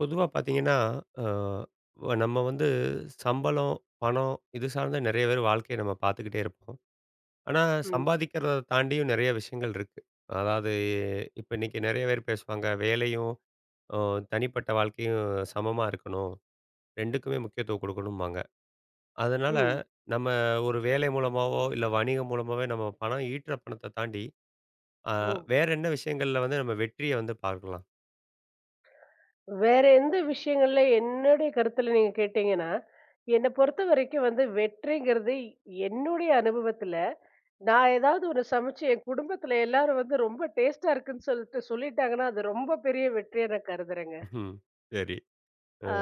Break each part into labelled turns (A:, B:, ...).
A: பொதுவா பார்த்தீங்கன்னா, அ வ நம்ம வந்து சம்பளம், பணம் இது சார்ந்த நெறைய பேர் வாழ்க்கைய நம்ம பார்த்துக்கிட்டே இருப்போம். ஆனா,
B: ம்.
A: சம்பாதிக்கிறத தாண்டியும் நெறைய விஷயங்கள் இருக்கு. அதாவது இப்ப இன்னைக்கு நெறைய பேர் பேசுவாங்க, வேலையும் அ தனிப்பட்ட வாழ்க்கையும் சமமா இருக்கணும். 2க்குமே முக்கியத்துவம் குடுக்கணும்பாங்க. அதனால
B: ம்.
A: நம்ம ஒரு வேலை மூலமாவோ, இல்ல வணிகம் மூலமாவே நம்ம பணம் ஈட்டுற பணத்த தாண்டி, அ
B: ஓ!
A: வேற என்ன விஷயங்கள்ல வந்து நம்ம வெற்றிய வந்து பார்க்கலாம்?
B: வேற எந்த விஷயங்கள்ல என்னுடைய கருத்துல நீங்க கேட்டீங்கன்னா, என்ன பொறுத்த வரைக்கும் வந்து வெற்றிங்கிறது என்னுடைய அனுபவத்துல, நான் ஏதாவது ஒண்ணு சமைச்சு என் குடும்பத்துல எல்லாரும் வந்து ரொம்ப டேஸ்ட்டா இருக்குன்னு சொல்லிட்டாங்கன்னா, அது ரொம்ப பெரிய வெற்றியா நான் கருதுறேங்க.
A: ம். சரி. அ
B: ஆ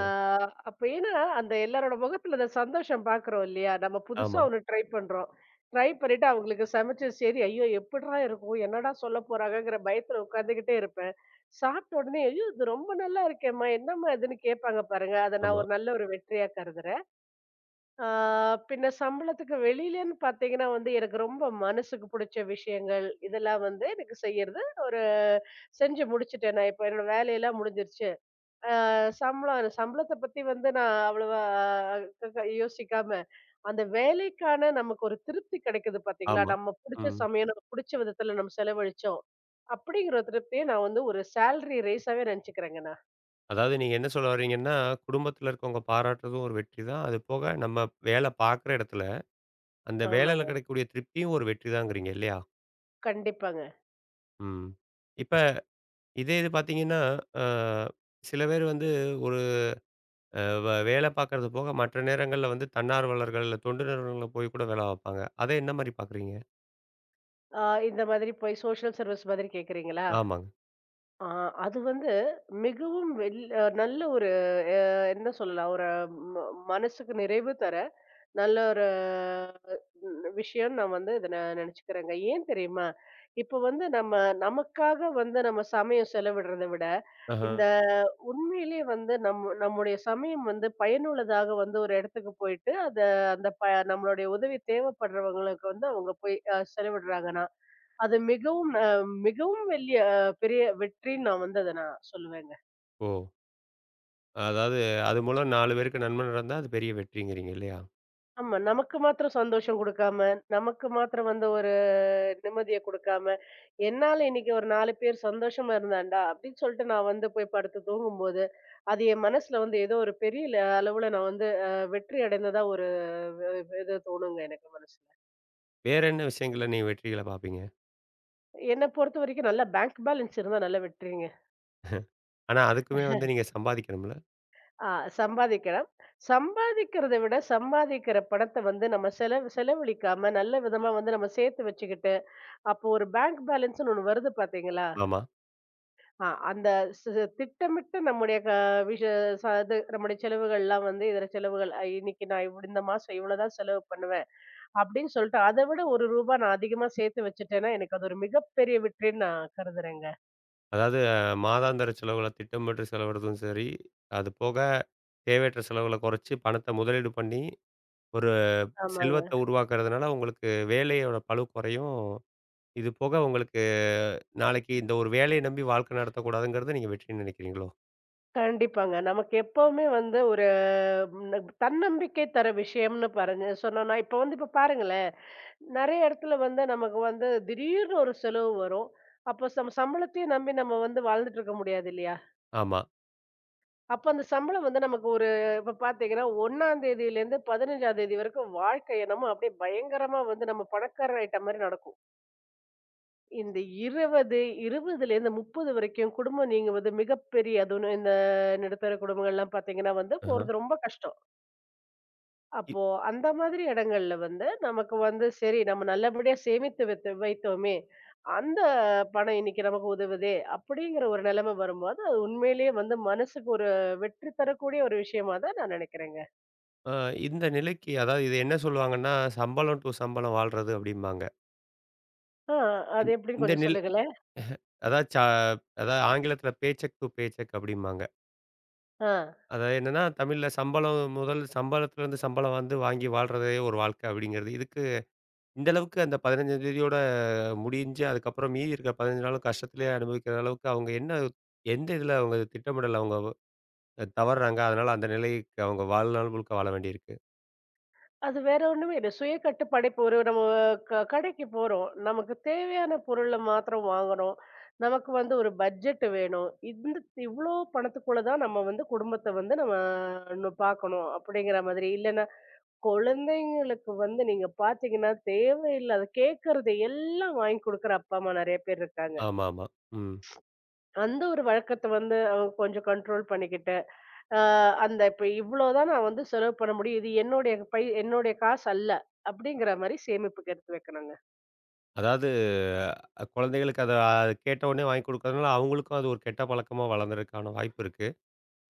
B: அப்ப ஏன்னா, அந்த எல்லாரோட முகத்துல அந்த சந்தோஷம் பார்க்குறோம் இல்லையா? நம்ம புதுசா
A: ஆமா,
B: ஒண்ணு ட்ரை பண்றோம். ட்ரை பண்ணிட்டு அவங்களுக்கு சமைச்சு சரி, ஐயோ! எப்புட்றா இருக்கும்? என்னடா சொல்ல போறாங்கங்கிற பயத்துல உட்காந்துக்கிட்டே இருப்பேன். சாப்பிட்ட உடனே, ஐயோ! இது ரொம்ப நல்லா இருக்கேம்மா! என்னம்மா இதுன்னு கேட்பாங்க பாருங்க. அத நான்
A: ஆமா,
B: ஒரு நல்ல ஒரு வெற்றியா கருதுறேன். ஆ பின்ன சம்பளத்துக்கு வெளியிலன்னு பார்த்தீங்கன்னா வந்து, எனக்கு ரொம்ப மனசுக்கு புடிச்ச விஷயங்கள், இதெல்லாம் வந்து எனக்கு செய்யறது ஒரு செஞ்சு முடிச்சுட்டேன் நான். இப்ப என்னோட வேலையெல்லாம் முடிஞ்சிருச்சு. அ சம்பளத்த பத்தி வந்து நான் அவ்வளவா க க யோசிக்காம, அந்த வேலைக்கான நமக்கு ஒரு திருப்தி கிடைக்குது பார்த்தீங்களா?
A: ஆமா.
B: நம்ம புடிச்ச
A: ம்.
B: சமயம், நமக்கு புடிச்ச விதத்துல நம்ம செலவழிச்சோம். அப்படிங்கிற திருப்திய நான் வந்து ஒரு சேலரி ரைஸாவே நெனச்சுக்கிறேங்க நான்.
A: அதாவது நீங்க என்ன சொல்ல வர்றீங்கன்னா, குடும்பத்தில இருக்கவங்க பாராட்டுறதும் ஒரு வெற்றி தான். அது போக நம்ம வேலை பார்க்குற இடத்துல, அந்த
B: ஆமாங்க.
A: வேலையில கிடைக்கக்கூடிய திருப்தியும் ஒரு வெற்றி தாங்கிறீங்க இல்லையா?
B: கண்டிப்பாங்க.
A: ம். இப்ப இதே இது பார்த்தீங்கன்னா, அ சில பேர் வந்து ஒரு அ வ வேலை பார்க்கறது போக மற்ற நேரங்கள்ல வந்து தன்னார்வலர்கள், இல்ல தொண்டு நிறுவனங்கள்ல போய் கூட வேலை பார்ப்பாங்க. அத என்ன மாரி பார்க்குறீங்க?
B: ஆ இந்த மாதிரி போய் சோஷியல் சர்வீஸ் மாதிரி கேட்கிறீங்களா?
A: ஆமாங்க.
B: ஆ அது வந்து மிகவும் நல்ல ஒரு அ என்ன சொல்லலாம்? ஒரு ம மனசுக்கு நிறைவு தர நல்ல ஒரு விஷயம் நான் வந்து இத நான் நினைச்சுக்கிறேங்க. ஏன் தெரியுமா? இப்ப வந்து நம்ம நமக்காக வந்து நம்ம சமயம் செலவிடுறத விட,
A: ஆஹா.
B: இந்த உண்மையிலேயே வந்து நம்முடைய சமயம் வந்து பயனுள்ளதாக வந்து ஒரு இடத்துக்கு போயிட்டு, அந்த ப நம்மளுடைய உதவி தேவைப்படுறவங்களுக்கு வந்து அவங்க போய் செலவிடுறாங்கன்னா, அது மிகவும் மிகவும் பெரிய வெற்றின்னு நான் வந்து அத நான் சொல்லுவேங்க.
A: ஓ! அதாவது அது மூலம் 4 பேருக்கு நன்மை நடந்தா அது பெரிய வெற்றிங்கிறீங்க இல்லையா?
B: ஆமா. நமக்கு மாத்திரம் சந்தோஷம் குடுக்காம, நமக்கு மாத்திரம் வந்து ஒரு நிம்மதிய குடுக்காம, "என்னால இன்னைக்கு ஒரு 4 பேர் சந்தோஷமா இருந்தான்டா" அப்படின்னு சொல்லிட்டு நான் வந்து போய் படுத்து தூங்கும்போது, அது என் மனசுல வந்து ஏதோ ஒரு பெரிய அளவுல நான் வந்து வெற்றி அடைந்ததா ஒரு வ இது தோணுங்க எனக்கு மனசுல.
A: வேற என்ன விஷயங்கள்ல நீங்க வெற்றிகள பார்ப்பீங்க?
B: என்ன பொறுத்தவரைக்கும் நல்லா பேங்க் பேலன்ஸ் இருந்தா நல்ல வெற்றிங்க.
A: ஆனா அதுக்குமே வந்து நீங்க சம்பாதிக்கணும்ல?
B: ஆ சம்பாதிக்கிறேன். சம்பாதிக்கிறத விட சம்பாதிக்கிற பணத்த வந்து நம்ம செலவழிக்காம நல்ல விதமா வந்து நம்ம சேர்த்து வச்சுக்கிட்டு, அப்போ ஒரு பேங்க் பேலன்ஸ்ன்னு ஒண்ணு வருது பார்த்தீங்களா?
A: ஆமா.
B: அந்த சி சி திட்டமிட்டு நம்முடைய விஷ இது நம்முடைய செலவுகள்லாம் வந்து இதர செலவுகள். இன்னைக்கு நான் இந்த மாசம் இவ்வளோதான் செலவு பண்ணுவேன். அப்படின்னு சொல்லிட்டு அத விட ரூ. 1 நான் அதிகமா சேர்த்து வச்சுட்டேன்னா, எனக்கு அது ஒரு மிகப்பெரிய வெற்றின்னு நான் கருதுறேங்க.
A: அதாவது மாதாந்திர செலவுகள திட்டமிட்டு செலவிடுறதும் சரி, அது போக தேவையற்ற செலவுகள குறைச்சு பணத்த முதலீடு பண்ணி, ஒரு
B: ஆமாங்க.
A: செல்வத்த உருவாக்குறதுனால உங்களுக்கு வேலையோட பளு குறையும். இது போக உங்களுக்கு நாளைக்கு இந்த ஒரு வேலைய நம்பி வாழ்க்கை நடத்தக்கூடாதுங்கிறது நீங்க வெற்றின்னு நினைக்கிறீங்களோ?
B: கண்டிப்பாங்க. நமக்கு எப்பவுமே வந்து ஒரு தன்னம்பிக்கை தர விஷயம்னு பாருங்க சொன்னோம்னா, இப்ப வந்து இப்ப பாருங்களேன், நெறைய இடத்துல வந்து நமக்கு வந்து திடீர்னு ஒரு செலவு வரும். அப்ப சம்பளத்தையும் நம்பி நம்ம வந்து வாழ்ந்துட்டு இருக்க முடியாது இல்லையா?
A: ஆமா.
B: அப்ப அந்த சம்பளம் வந்து நமக்கு ஒரு இப்ப பாத்தீங்கன்னா 1ஆம் தேதியிலேருந்து 15ஆம் தேதி வரைக்கும் வாழ்க்கை என்னமோ அப்படியே பயங்கரமா வந்து நம்ம பணக்காரர் ஆயிட்ட மாரி நடக்கும். இந்த 20 20லேருந்து 30 வரைக்கும் குடும்பம் நீங்க வந்து மிகப்பெரிய அதுவும் இந்த நடுத்தர குடும்பங்கள்லாம் பாத்தீங்கன்னா வந்து
A: ஆஹ.
B: போறது ரொம்ப கஷ்டம்.
A: இ
B: அப்போ அந்த மாதிரி இடங்கள்ல வந்து நமக்கு வந்து சரி நம்ம நல்லபடியா சேமித்து வைத்தோமே அந்த பணம் இன்னைக்கு நமக்கு உதவுதே அப்படிங்கிற ஒரு நிலைமை வரும்போது அது உண்மையிலேயே வந்து மனசுக்கு ஒரு வெற்றி தரக்கூடிய ஒரு விஷயமா தான் நான் நினைக்கிறேங்க.
A: அ இந்த நிலைக்கு அதாவது இது என்ன சொல்லுவாங்கன்னா, சம்பளம் டூ சம்பளம் வாழ்றது அப்டிம்பாங்க.
B: ஆ
A: இந்
B: அது எப்படின்னு
A: இந்த
B: கொஞ்சம்
A: நில்
B: சொல்லுங்களேன்.
A: அதாவது அதாவது ஆங்கிலத்தில paycheck to paycheck அப்டிம்பாங்க.
B: ஆ
A: அதாவது என்னன்னா, தமிழ்ல சம்பளம் முதல் சம்பளத்திலேருந்து சம்பளம் வந்து வாங்கி வாழ்றதே ஒரு வாழ்க்கை அப்படிங்கிறது. இதுக்கு இந்த அளவுக்கு அந்த 15ஆம் தேதியோட முடிஞ்சு, அதுக்கப்புறம் மீதி இருக்கிற 15 நாளும் கஷ்டத்திலேயே அனுபவிக்கிற அளவுக்கு அவங்க என்ன எந்த இதில அவங்க திட்டமிடல் அவங்க தவறுறாங்க. அதனால அந்த நிலைக்கு அவங்க வாழ்நாள் முழுக்க வாழ வேண்டியிருக்கு.
B: அது வேற ஒண்ணுமே இல்ல. சுய கட்டுப்பாடு இப்போ ஒரு நம்ம கடைக்கு போறோம். நமக்கு தேவையான பொருள மாத்திரம் வாங்குறோம். நமக்கு வந்து ஒரு பட்ஜெட் வேணும். இந்த இவ்ளோ பணத்துக்குள்ள தான் நம்ம வந்து குடும்பத்த வந்து நம்ம பார்க்கணும் அப்படிங்கிற மாதிரி. இல்லன்னா குழந்தைங்களுக்கு வந்து நீங்க பார்த்தீங்கன்னா, தேவையில்லாத கேட்கறது எல்லாம் வாங்கி குடுக்குற அப்பா, அம்மா நெறைய பேர் இருக்காங்க.
A: ஆமாமா. ம்.
B: அந்த ஒரு வழக்கத்த வந்து அவங்க கொஞ்சம் கண்ட்ரோல் பண்ணிக்கிட்டு, அ அந்த இப்ப இவ்வளோதான் நான் வந்து செலவு பண்ண முடியும். இது என்னுடைய என்னுடைய காசு அல்ல. அப்படிங்கிற மாரி சேமிப்புக்கு எடுத்து வைக்கணுங்க.
A: அதாவது குழந்தைகளுக்கு அத கேட்ட உடனே வாங்கி கொடுக்கறதுனால, அவங்களுக்கும் அது ஒரு கெட்ட பழக்கமா வளர்ந்ததுக்கான வாய்ப்பு இருக்கு.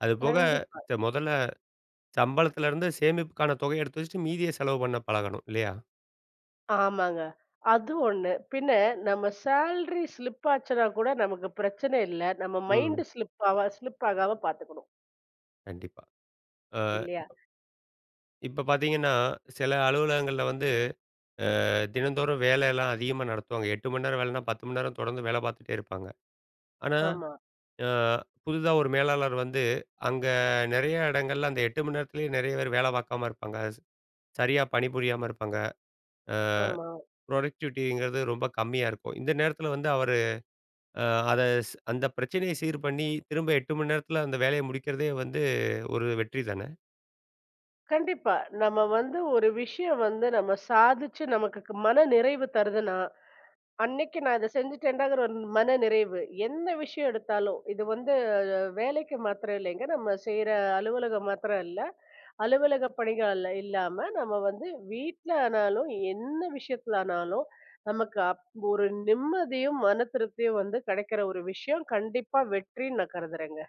A: அது போக
B: கண்டிப்பா.
A: முதல்ல சம்பளத்திலேருந்து சேமிப்புக்கான தொகைய எடுத்து வச்சுட்டு மீதிய செலவு பண்ண பழகணும். இல்லையா?
B: ஆமாங்க. அது ஒண்ணு. பின்ன நம்ம சேலரி ஸ்லிப் ஆச்சுனா கூட நமக்கு பிரச்சனை இல்ல. நம்ம
A: ம்.
B: மைண்ட் ஸ்லிப் ஸ்லிப் ஆகாம பார்த்துக்கணும்.
A: கண்டிப்பா. அ
B: இல்லையா?
A: இப்ப பார்த்தீங்கன்னா, சில அலுவலகங்கள்ல வந்து தினந்தோறும் வேலையெல்லாம் அதிகமா நடத்துவாங்க. 8 மணி நேரம் வேலைன்னா 10 மணி நேரம் தொடர்ந்து வேலை பார்த்துட்டே இருப்பாங்க. ஆனா,
B: ஆமா,
A: அ புதிதா ஒரு மேலாளர் வந்து அங்க நெறைய இடங்கள்ல அந்த 8 மணி நேரத்திலேயே நெறைய பேர் வேலை பார்க்காம இருப்பாங்க. சரியா பணிபுரியாம இருப்பாங்க. அ
B: ஆமா.
A: புரொடக்டிவிட்டிங்கிறது ரொம்ப கம்மியா இருக்கும். இந்த நேரத்தில வந்து அவரு அ அத ஸ் அந்த பிரச்சனைய சீர் பண்ணி திரும்ப 8 மணி நேரத்தில அந்த வேலைய முடிக்கிறதே வந்து ஒரு வெற்றி தானே!
B: கண்டிப்பா. நம்ம வந்து ஒரு விஷயம் வந்து நம்ம சாதிச்சு நமக்கு மன நிறைவு தருதுன்னா, அன்னைக்கு நான் இத செஞ்சுட்டேன்டாங்கிற ஒரு மன நிறைவு. எந்த விஷயம் எடுத்தாலும், இது வந்து வேலைக்கு மாத்திரம் இல்லைங்க. நம்ம செய்ற அலுவலகம் மாத்திரம் இல்ல. அலுவலக பணிகள் இல்லாம நம்ம வந்து வீட்ல ஆனாலும், என்ன விஷயத்துல ஆனாலும், நமக்கு ஒரு நிம்மதியும், மன திருப்தியும் வந்து கிடைக்கிற ஒரு விஷயம் கண்டிப்பா வெற்றின்னு நான் கருதுறேங்க.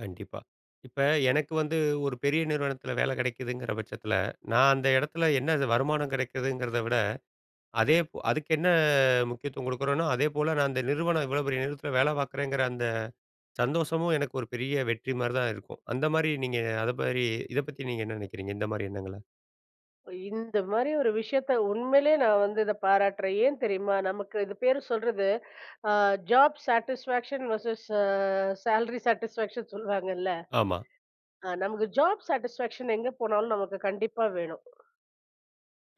A: கண்டிப்பா. இப்ப எனக்கு வந்து ஒரு பெரிய நிறுவனத்தில வேலை கிடைக்குதுங்கிற பட்சத்தில, நான் அந்த இடத்துல என்ன வருமானம் கிடைக்குதுங்கிறத விட, அதே போ அதுக்கு என்ன முக்கியத்துவம் கொடுக்குறேனோ, அதே போல நான் அந்த நிறுவனம் இவ்வளோ பெரிய நிறுவனத்தில வேலை பார்க்குறேங்கிற அந்த சந்தோஷமும் எனக்கு ஒரு பெரிய வெற்றி மாரி தான் இருக்கும். அந்த மாரி நீங்க அத மாரி இத பத்தி நீங்க என்ன நினைக்கிறீங்க? இந்த மாரி எண்ணங்கள?
B: இந்த மாரி ஒரு விஷயத்த உண்மையிலேயே நான் வந்து இத பாராட்டுறேன். ஏன் தெரியுமா? நமக்கு இது பேரு சொல்றது, அ job satisfaction versus salary satisfaction சொல்லுவாங்கல்ல.
A: ஆமா.
B: நமக்கு ஜாப் சாட்டிஸ்ஃபேக்ஷன் எங்க போனாலும் நமக்கு கண்டிப்பா வேணும்.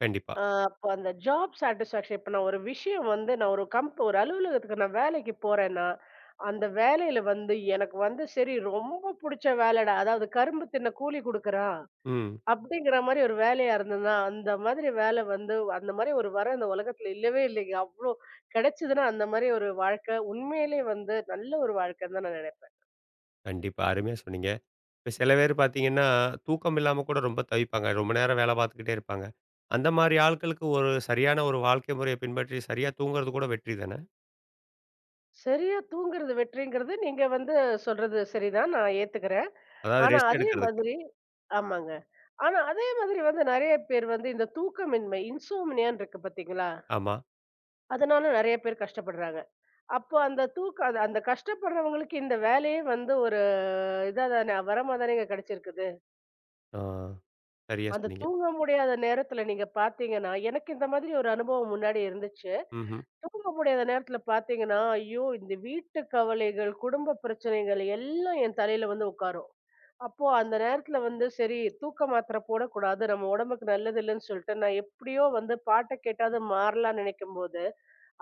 A: கண்டிப்பா.
B: அப்ப அந்த ஜாப் சாட்டிஸ்ஃபேக்ஷன் இப்ப நான் ஒரு விஷயம் வந்து நான் ஒரு ஒரு அலுவலகத்துக்கு நான் வேலைக்கு போறேன்னா, அந்த வேலையில வந்து எனக்கு வந்து சரி ரொம்ப புடிச்ச வேலைடா, அதாவது கரும்பு தின்ன கூலி குடுக்குறான்.
A: ம்.
B: அப்படிங்கிற மாரி ஒரு வேலையா இருந்ததுன்னா, அந்த மாதிரி வேலை வந்து அந்த மாரி ஒரு வரம் இந்த உலகத்துல இல்லவே இல்லைங்க. அவ்ளோ கிடைச்சதுன்னா அந்த மாரி ஒரு வாழ்க்கை உண்மையிலே வந்து நல்ல ஒரு வாழ்க்கைன்னு தான் நான் நினைப்பேன்.
A: கண்டிப்பா. அருமையா சொன்னீங்க. இப்ப சில பேர் பார்த்தீங்கன்னா, தூக்கம் இல்லாம கூட ரொம்ப தவிப்பாங்க. ரொம்ப நேரம் வேலை பார்த்துக்கிட்டே இருப்பாங்க. அந்த மாரி ஆட்களுக்கு ஒரு சரியான ஒரு வாழ்க்கை முறைய பின்பற்றி சரியா தூங்குறது கூட வெற்றி தானே?
B: சரியா தூங்குறது வெற்றிங்கிறது நீங்க வந்து சொல்றது சரிதான். நான் ஏத்துக்கிறேன்.
A: அதாவது
B: ஆனா
A: ரெஸ்ட்
B: அதே
A: எடுக்கிறதுக்கு.
B: மாதிரி ஆமாங்க. ஆனா அதே மாதிரி வந்து நெறைய பேர் வந்து இந்த தூக்கமின்மை, இன்சோம்னியான்னு இருக்கு பார்த்தீங்களா?
A: ஆமா.
B: அதனால நெறைய பேர் கஷ்டப்படுறாங்க. அப்போ அந்த தூக்கம் அந்த அந்த கஷ்டப்படுறவங்களுக்கு இந்த வேலையே வந்து ஒரு இதா தானே வரமா தானேங்க கிடைச்சிருக்கு.
A: ஆ. சரியா
B: அந்த
A: சொன்னீங்க.
B: தூங்க முடியாத நேரத்துல நீங்க பார்த்தீங்கன்னா, எனக்கு இந்த மாதிரி ஒரு அனுபவம் முன்னாடி இருந்துச்சு.
A: ம்ஹ்ம்.
B: தூங்க முடியாத நேரத்துல பார்த்தீங்கன்னா, ஐயோ! இந்த வீட்டு கவலைகள், குடும்ப பிரச்சனைகள் எல்லாம் என் தலையில வந்து உட்காரும். அப்போ அந்த நேரத்துல வந்து சரி தூக்க மாத்திரை போடக்கூடாது. நம்ம உடம்புக்கு நல்லது இல்லன்னு சொல்லிட்டு, நான் எப்படியோ வந்து பாட்ட கேட்டாவது மாறலாம்ன்னு நினைக்கும்போது,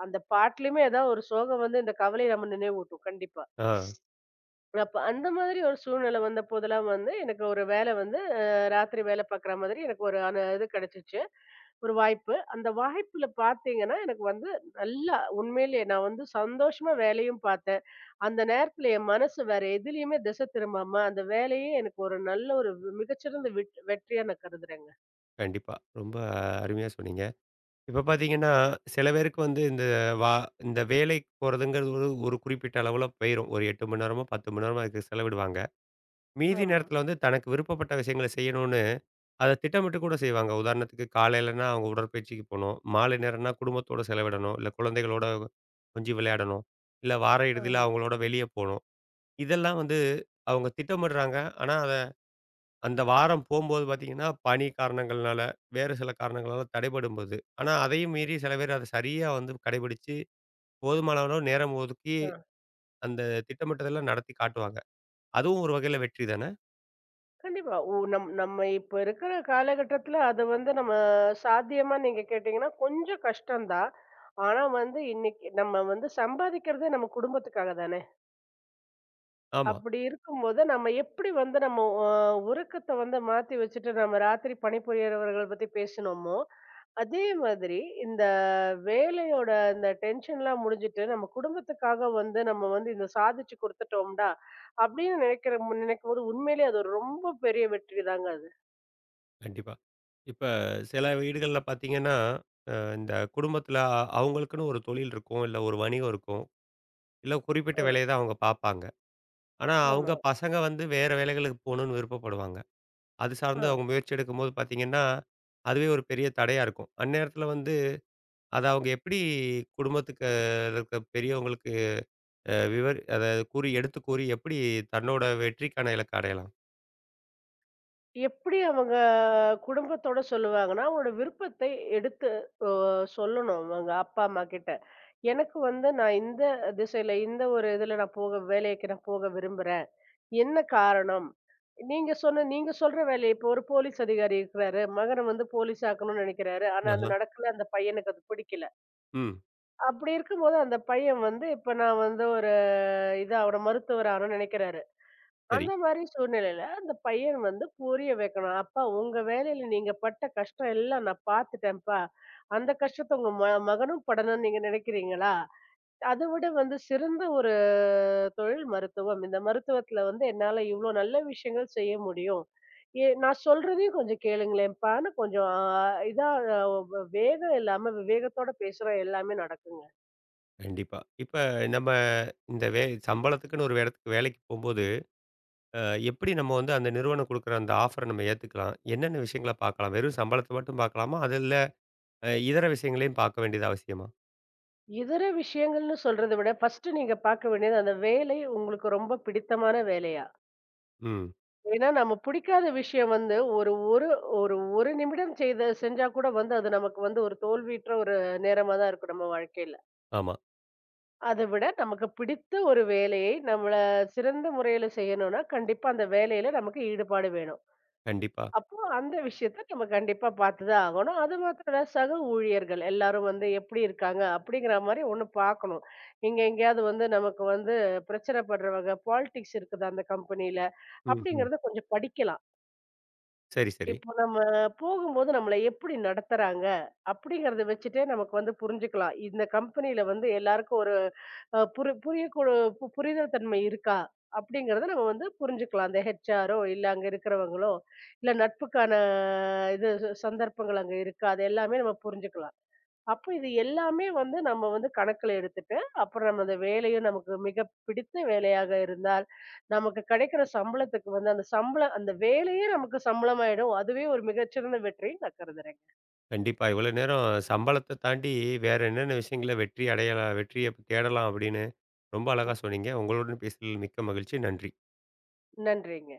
B: அந்த பாட்டுலயுமே ஏதாவது ஒரு சோகம் வந்து இந்த கவலைய நம்ம நினைவூட்டும் கண்டிப்பா.
A: ஆ.
B: அப்ப அந்த மாதிரி ஒரு சூழ்நிலை வந்த போதெல்லாம் வந்து, எனக்கு ஒரு வேலை வந்து ராத்திரி வேலை பார்க்குற மாதிரி எனக்கு ஒரு ஆன இது கிடைச்சுச்சு. ஒரு வாய்ப்பு. அந்த வாய்ப்புல பார்த்தீங்கன்னா, எனக்கு வந்து நல்லா உண்மையிலேயே நான் வந்து சந்தோஷமா வேலையும் பார்த்தேன். அந்த நேரத்துல என் மனசு வேற எதிலயுமே திசை திரும்பாம, அந்த வேலையே எனக்கு ஒரு நல்ல ஒரு மிகச்சிறந்த வெற்றியா நான் கருதுறேங்க.
A: கண்டிப்பா. ரொம்ப அருமையா சொன்னீங்க. இப்ப பார்த்தீங்கன்னா, சில பேருக்கு வந்து இந்த வா இந்த வேலைக்கு போறதுங்கிறது ஒரு ஒரு குறிப்பிட்ட அளவுல போயிரும். ஒரு 8 மணி நேரமோ, 10 மணி நேரமோ அதுக்கு செலவிடுவாங்க. மீதி
B: ஆமா,
A: நேரத்துல வந்து தனக்கு விருப்பப்பட்ட விஷயங்கள செய்யணும்னு, அத திட்டமிட்டு கூட செய்வாங்க. உதாரணத்துக்கு காலையிலனா அவங்க உடற்பயிற்சிக்கு போணும். மாலை நேரம்னா குடும்பத்தோட செலவிடணும். இல்ல குழந்தைகளோட கொஞ்சி விளையாடணும். இல்ல வார இறுதியில
B: ஆமா.
A: அவங்களோட வெளிய போணும். இதெல்லாம் வந்து அவங்க திட்டமிடுறாங்க. ஆனா, அந்த வாரம் போம்போது பார்த்தீங்கன்னா, பணி காரணங்கள்னால, வேறு சில காரணங்களால தடைபடும்போது, ஆனா அதையும் மீறி சில பேர் அத சரியா வந்து கடைபிடிச்சு, போதுமான அளவு நேரம் ஒதுக்கி
B: ஆ.
A: அந்த திட்டமிட்டதெல்லாம் நடத்தி காட்டுவாங்க. அதுவும் ஒரு வகையில வெற்றி தானே?
B: கண்டிப்பா. ஓ நம்ம இப்ப இருக்கிற காலகட்டத்துல அது வந்து நம்ம சாத்தியமா நீங்க கேட்டீங்கன்னா, கொஞ்சம் கஷ்டம் தான். ஆனா வந்து இன்னைக்கு நம்ம வந்து சம்பாதிக்கிறதே நம்ம குடும்பத்துக்காக தானே!
A: ஆமா.
B: அப்படி இருக்கும்போது நம்ம எப்படி வந்து நம்ம அ உறக்கத்த வந்து மாத்தி வச்சுட்டு நம்ம ராத்திரி பணிபுரியறவர்கள பத்தி பேசினோமோ, அதே மாதிரி இந்த வேலையோட இந்த டென்ஷன்லாம் முடிஞ்சுட்டு, நம்ம குடும்பத்துக்காக வந்து நம்ம வந்து இத சாதிச்சு குடுத்துட்டோம்டா! அப்படின்னு நினைக்கும்போது உண்மையிலேயே அது ஒரு ரொம்ப பெரிய வெற்றி தாங்க அது.
A: கண்டிப்பா. இப்ப சில வீடுகள்ல பார்த்தீங்கன்னா, இந்த குடும்பத்தில அவங்களுக்குன்னு ஒரு தொழில் இருக்கும். இல்ல ஒரு வணிகம் இருக்கும். இல்ல குறிப்பிட்ட
B: ஆ,
A: வேலைய தான் அவங்க பார்ப்பாங்க. ஆனா, அவங்க
B: ஆமா.
A: பசங்க வந்து வேற வேலைகளுக்கு போணும்னு விருப்பப்படுவாங்க. அது
B: ஆ.
A: சார்ந்து அவங்க முயற்சி எடுக்கும்போது பார்த்தீங்கன்னா, அதுவே ஒரு பெரிய தடையா இருக்கும். அந்நேரத்தில வந்து அத அவங்க எப்படி குடும்பத்துக்கு இருக்க பெரியவங்களுக்கு அ விவர் அத கூறி எடுத்து கூறி எப்படி தன்னோட வெற்றிக்கான இலக்க அடையலாம்?
B: எப்படி அவங்க குடும்பத்தோட சொல்லுவாங்கன்னா, அவங்களோட விருப்பத்தை எடுத்து அ சொல்லணும் அவங்க அப்பா, அம்மா கிட்ட. எனக்கு வந்து நான் இந்த திசையில, இந்த ஒரு இதுல நான் போக வேலைக்கு நான் போக விரும்புறேன். என்ன காரணம்? நீங்க சொல்ற வேலைய இப்போ ஒரு போலீஸ் அதிகாரி இருக்கிறாரு. மகன வந்து போலீஸ் ஆக்கணும்னு நெனைக்கிறாரு. ஆனா அது
A: ஆஹா.
B: நடக்கல. அந்த பையனுக்கு அது பிடிக்கல.
A: ம்.
B: அப்படி இருக்கும்போது அந்த பையன் வந்து, இப்ப நான் வந்து ஒரு இது ஆவணும் மருத்துவர் ஆகணும்னு நெனைக்கிறாரு.
A: சரி.
B: அந்த மாரி சூழ்நிலையில அந்த பையன் வந்து புரிய வைக்கணும். "அப்பா உங்க வேலையில நீங்க பட்ட கஷ்டம் எல்லாம் நான் பார்த்துட்டேன்ப்பா. அந்த கஷ்டத்த உங்க மகனும் படணும்னு நீங்க நினைக்கிறீங்களா? அத விட வந்து சிறந்த ஒரு தொழில் மருத்துவம். இந்த மருத்துவத்துல வந்து என்னால இவ்ளோ நல்ல விஷயங்கள் செய்ய முடியும். ஏ நான் சொல்றதையும் கொஞ்சம் கேளுங்களேன்ப்பான்னு" கொஞ்சம் இதா வேகம் இல்லாம விவேகத்தோட பேசுனா எல்லாமே நடக்குங்க.
A: கண்டிப்பா. இப்ப நம்ம இந்த சம்பளத்துக்குன்னு ஒரு இடத்துக்கு வேலைக்கு போம்போது, அ எப்படி நம்ம வந்து அந்த நிறுவனம் குடுக்குற அந்த ஆஃபர நம்ம ஏத்துக்கலாம்? என்னென்ன விஷயங்கள பார்க்கலாம்? வெறும் சம்பளத்த மட்டும் பார்க்கலாமா? அது இல்ல இதர விஷயங்களையும் பார்க்க வேண்டியது அவசியமா?
B: இதர விஷயங்கள்னு சொல்றத விட, ஃபர்ஸ்ட்டு நீங்க பார்க்க வேண்டியது அந்த வேலை உங்களுக்கு ரொம்ப பிடித்தமான வேலையா?
A: ம்.
B: ஏன்னா, நம்ம பிடிக்காத விஷயம் வந்து ஒரு ஒரு ஒரு 1 நிமிடம் செஞ்சா கூட வந்து அது நமக்கு வந்து ஒரு தோல்வியுற்ற ஒரு நேரமா தான் இருக்கும் நம்ம வாழ்க்கையில.
A: ஆமா.
B: அத விட நமக்கு பிடித்த ஒரு வேலையை நம்மள சிறந்த முறையில செய்யணும்னா, கண்டிப்பா அந்த வேலையில நமக்கு ஈடுபாடு வேணும்.
A: கண்டிப்பா.
B: அப்போ அந்த விஷயத்த நம்ம கண்டிப்பா பார்த்து தான் ஆகணும். அது மாத்திரம் இல்ல சக ஊழியர்கள் எல்லாரும் வந்து எப்படி இருக்காங்க? அப்படிங்கிற மாரி ஒண்ணு பார்க்கணும். இங்க எங்கேயாவது வந்து நமக்கு வந்து பிரச்சனை படுறவங்க, பாலிடிக்ஸ் இருக்குதா அந்த கம்பெனியில?
A: ம்ஹ்ம்.
B: அப்படிங்கிறத கொஞ்சம் படிக்கலாம்.
A: சரி, சரி.
B: இப்போ நம்ம போகும்போது நம்மள எப்படி நடத்துறாங்க அப்படிங்கறத வச்சுட்டே நமக்கு வந்து புரிஞ்சுக்கலாம். இந்த கம்பெனியில வந்து எல்லாருக்கும் ஒரு அ புரி புரியக்கூட புரிதல் தன்மை இருக்கா? அப்படிங்கறத நம்ம வந்து புரிஞ்சுக்கலாம். அந்த ஹெச்ஆரோ, இல்ல அங்க இருக்கிறவங்களோ, இல்ல நட்புக்கான இது சந்தர்ப்பங்கள் அங்க இருக்கா? அது எல்லாமே நம்ம புரிஞ்சுக்கலாம். அப்ப இது எல்லாமே வந்து நம்ம வந்து கணக்குல எடுத்துட்டு, அப்புறம் நம்ம அந்த வேலையும் நமக்கு மிக பிடித்த வேலையாக இருந்தால், நமக்கு கிடைக்கிற சம்பளத்துக்கு வந்து அந்த சம்பளம் அந்த வேலையே நமக்கு சம்பளமாயிடும். அதுவே ஒரு மிகச்சிறந்த வெற்றின்னு நான் கருதுறேன்.
A: கண்டிப்பா. இவ்வளோ நேரம் சம்பளத்த தாண்டி வேற என்னென்ன விஷயங்கள்ல வெற்றி அடையலாம்? வெற்றிய தேடலாம் அப்படின்னு ரொம்ப அழகா சொன்னீங்க. உங்களுடன் பேசியதில் மிக்க மகிழ்ச்சி. நன்றி.
B: நன்றிங்க.